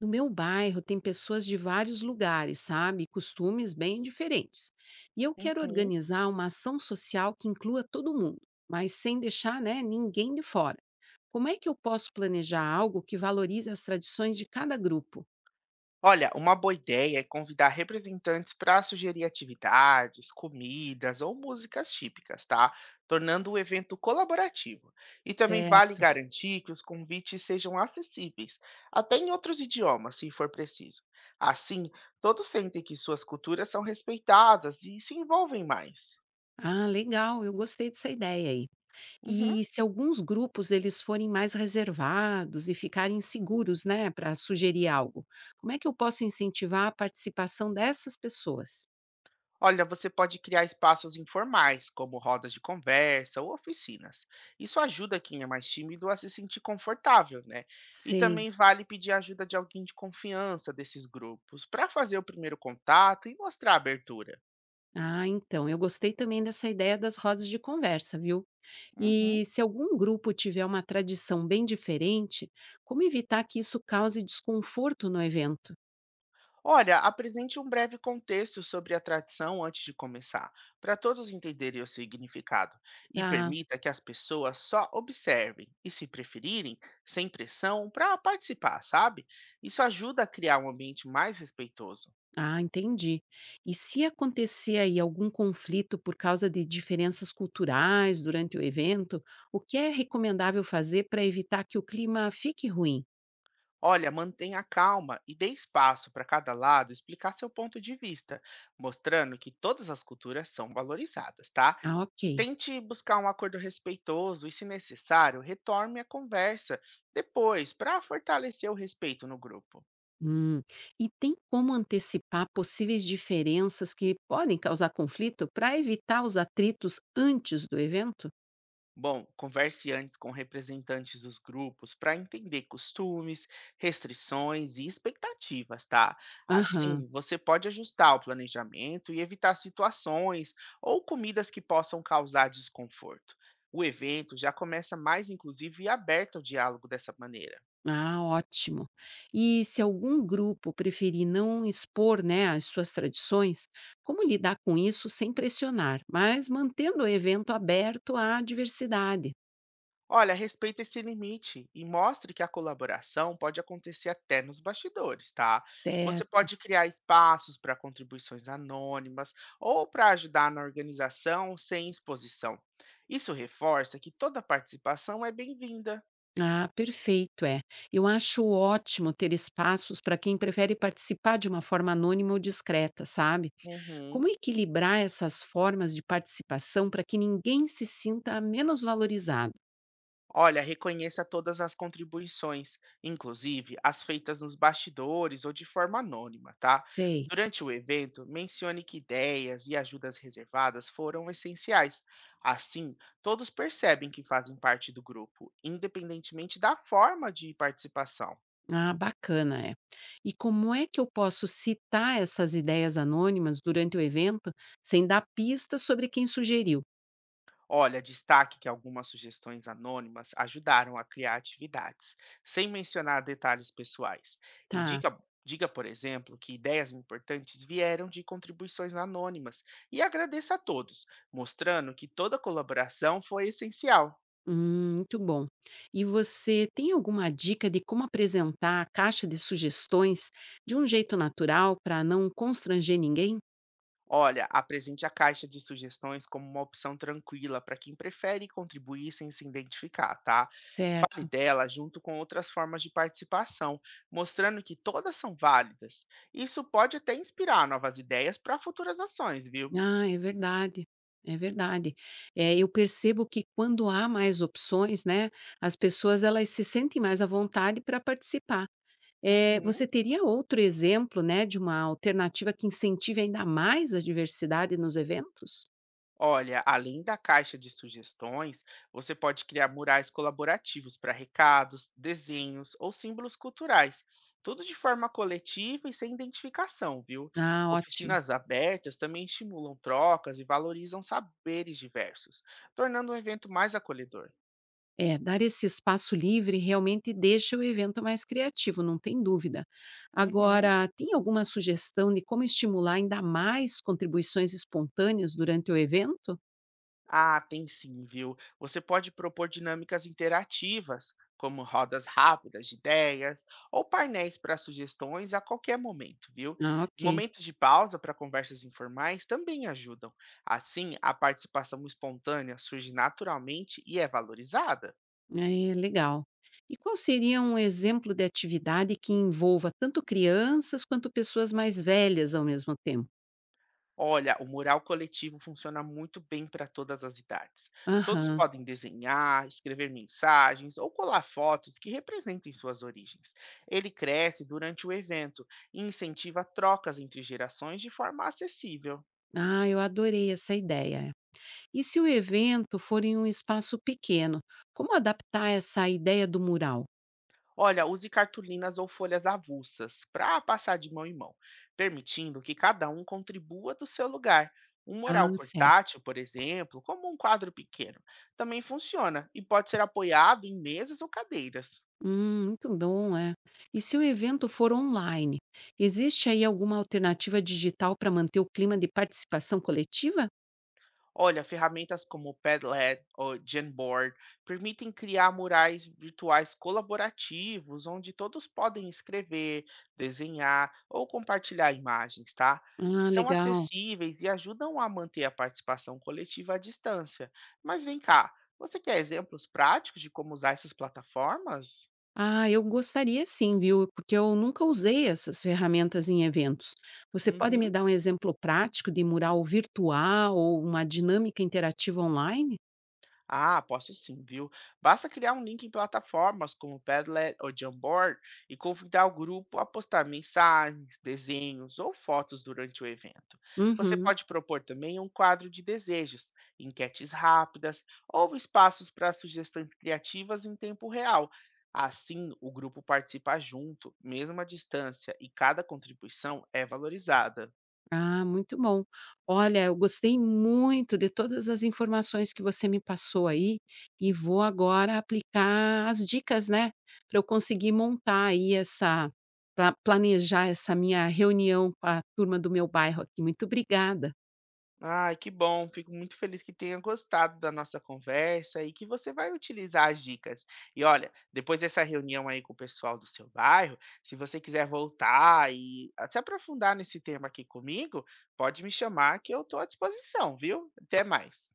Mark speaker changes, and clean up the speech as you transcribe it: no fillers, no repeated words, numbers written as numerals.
Speaker 1: No meu bairro tem pessoas de vários lugares, sabe? E costumes bem diferentes. E eu quero
Speaker 2: Uhum.
Speaker 1: organizar uma ação social que inclua todo mundo, mas sem deixar, né, ninguém de fora. Como é que eu posso planejar algo que valorize as tradições de cada grupo?
Speaker 2: Olha, uma boa ideia é convidar representantes para sugerir atividades, comidas ou músicas típicas, tá? Tornando o evento colaborativo. E também vale
Speaker 1: Certo.
Speaker 2: garantir que os convites sejam acessíveis, até em outros idiomas, se for preciso. Assim, todos sentem que suas culturas são respeitadas e se envolvem mais.
Speaker 1: Ah, legal, eu gostei dessa ideia aí.
Speaker 2: Uhum.
Speaker 1: E se alguns grupos eles forem mais reservados e ficarem seguros, né, para sugerir algo, como é que eu posso incentivar a participação dessas pessoas?
Speaker 2: Olha, você pode criar espaços informais, como rodas de conversa ou oficinas. Isso ajuda quem é mais tímido a se sentir confortável, né? E
Speaker 1: Sei.
Speaker 2: também vale pedir ajuda de alguém de confiança desses grupos para fazer o primeiro contato e mostrar a abertura.
Speaker 1: Ah, então, eu gostei também dessa ideia das rodas de conversa, viu?
Speaker 2: Uhum.
Speaker 1: E se algum grupo tiver uma tradição bem diferente, como evitar que isso cause desconforto no evento?
Speaker 2: Olha, apresente um breve contexto sobre a tradição antes de começar, para todos entenderem o significado, e
Speaker 1: Tá.
Speaker 2: permita que as pessoas só observem e, se preferirem, sem pressão, para participar, sabe? Isso ajuda a criar um ambiente mais respeitoso.
Speaker 1: Ah, entendi. E se acontecer aí algum conflito por causa de diferenças culturais durante o evento, o que é recomendável fazer para evitar que o clima fique ruim?
Speaker 2: Olha, mantenha calma e dê espaço para cada lado explicar seu ponto de vista, mostrando que todas as culturas são valorizadas, tá?
Speaker 1: Ah,
Speaker 2: E
Speaker 1: ok.
Speaker 2: tente buscar um acordo respeitoso e, se necessário, retorne a conversa depois para fortalecer o respeito no grupo.
Speaker 1: Hum. E tem como antecipar possíveis diferenças que podem causar conflito para evitar os atritos antes do evento?
Speaker 2: Bom, converse antes com representantes dos grupos para entender costumes, restrições e expectativas, tá?
Speaker 1: Aham.
Speaker 2: Assim, você pode ajustar o planejamento e evitar situações ou comidas que possam causar desconforto. O evento já começa mais inclusivo e aberto ao diálogo dessa maneira.
Speaker 1: Ah, ótimo. E se algum grupo preferir não expor, né, as suas tradições, como lidar com isso sem pressionar, mas mantendo o evento aberto à diversidade?
Speaker 2: Olha, respeita esse limite e mostre que a colaboração pode acontecer até nos bastidores, tá? Você
Speaker 1: Certo.
Speaker 2: pode criar espaços para contribuições anônimas ou para ajudar na organização sem exposição. Isso reforça que toda participação é bem-vinda.
Speaker 1: Ah, perfeito, é. Eu acho ótimo ter espaços para quem prefere participar de uma forma anônima ou discreta, sabe? Como
Speaker 2: Uhum.
Speaker 1: equilibrar essas formas de participação para que ninguém se sinta menos valorizado?
Speaker 2: Olha, reconheça todas as contribuições, inclusive as feitas nos bastidores ou de forma anônima, tá?
Speaker 1: Sei.
Speaker 2: Durante o evento, mencione que ideias e ajudas reservadas foram essenciais. Assim, todos percebem que fazem parte do grupo, independentemente da forma de participação.
Speaker 1: Ah, bacana, é. E como é que eu posso citar essas ideias anônimas durante o evento sem dar pistas sobre quem sugeriu?
Speaker 2: Olha, destaque que algumas sugestões anônimas ajudaram a criar atividades, sem mencionar detalhes pessoais. E
Speaker 1: Tá.
Speaker 2: diga, por exemplo, que ideias importantes vieram de contribuições anônimas e agradeça a todos, mostrando que toda colaboração foi essencial.
Speaker 1: Muito bom. E você tem alguma dica de como apresentar a caixa de sugestões de um jeito natural para não constranger ninguém?
Speaker 2: Olha, apresente a caixa de sugestões como uma opção tranquila para quem prefere contribuir sem se identificar, tá? Fale
Speaker 1: Certo.
Speaker 2: dela junto com outras formas de participação, mostrando que todas são válidas. Isso pode até inspirar novas ideias para futuras ações, viu?
Speaker 1: Ah, é verdade, é verdade. É, eu percebo que quando há mais opções, né, as pessoas elas se sentem mais à vontade para participar. É,
Speaker 2: Uhum.
Speaker 1: você teria outro exemplo, né, de uma alternativa que incentive ainda mais a diversidade nos eventos?
Speaker 2: Olha, além da caixa de sugestões, você pode criar murais colaborativos para recados, desenhos ou símbolos culturais, tudo de forma coletiva e sem identificação, viu?
Speaker 1: Ah, ótimo.
Speaker 2: Oficinas abertas também estimulam trocas e valorizam saberes diversos, tornando o evento mais acolhedor.
Speaker 1: É, dar esse espaço livre realmente deixa o evento mais criativo, não tem dúvida.
Speaker 2: Uhum.
Speaker 1: Agora, tem alguma sugestão de como estimular ainda mais contribuições espontâneas durante o evento?
Speaker 2: Ah, tem sim, viu? Você pode propor dinâmicas interativas, como rodas rápidas de ideias ou painéis para sugestões a qualquer momento, viu?
Speaker 1: Ah, ok.
Speaker 2: Momentos de pausa para conversas informais também ajudam. Assim, a participação espontânea surge naturalmente e é valorizada.
Speaker 1: É, legal. E qual seria um exemplo de atividade que envolva tanto crianças quanto pessoas mais velhas ao mesmo tempo?
Speaker 2: Olha, o mural coletivo funciona muito bem para todas as idades. Todos
Speaker 1: Aham.
Speaker 2: podem desenhar, escrever mensagens ou colar fotos que representem suas origens. Ele cresce durante o evento e incentiva trocas entre gerações de forma acessível.
Speaker 1: Ah, eu adorei essa ideia. E se o evento for em um espaço pequeno, como adaptar essa ideia do mural?
Speaker 2: Olha, use cartolinas ou folhas avulsas para passar de mão em mão, permitindo que cada um contribua do seu lugar. Um
Speaker 1: Ah,
Speaker 2: mural
Speaker 1: certo.
Speaker 2: portátil, por exemplo, como um quadro pequeno, também funciona e pode ser apoiado em mesas ou cadeiras.
Speaker 1: Muito bom, é. E se o evento for online, existe aí alguma alternativa digital para manter o clima de participação coletiva?
Speaker 2: Olha, ferramentas como Padlet ou Jamboard permitem criar murais virtuais colaborativos, onde todos podem escrever, desenhar ou compartilhar imagens, tá?
Speaker 1: Ah,
Speaker 2: São
Speaker 1: legal.
Speaker 2: acessíveis e ajudam a manter a participação coletiva à distância. Mas vem cá, você quer exemplos práticos de como usar essas plataformas?
Speaker 1: Ah, eu gostaria sim, viu? Porque eu nunca usei essas ferramentas em eventos. Você pode me
Speaker 2: Uhum.
Speaker 1: dar um exemplo prático de mural virtual ou uma dinâmica interativa online?
Speaker 2: Ah, posso sim, viu? Basta criar um link em plataformas como Padlet ou Jamboard e convidar o grupo a postar mensagens, desenhos ou fotos durante o evento. Você
Speaker 1: Uhum.
Speaker 2: pode propor também um quadro de desejos, enquetes rápidas ou espaços para sugestões criativas em tempo real. Assim, o grupo participa junto, mesmo à distância, e cada contribuição é valorizada.
Speaker 1: Ah, muito bom. Olha, eu gostei muito de todas as informações que você me passou aí e vou agora aplicar as dicas, né? Para eu conseguir montar aí essa, pra planejar essa minha reunião com a turma do meu bairro aqui. Muito obrigada.
Speaker 2: Ai, que bom. Fico muito feliz que tenha gostado da nossa conversa e que você vai utilizar as dicas. E olha, depois dessa reunião aí com o pessoal do seu bairro, se você quiser voltar e se aprofundar nesse tema aqui comigo, pode me chamar que eu estou à disposição, viu? Até mais.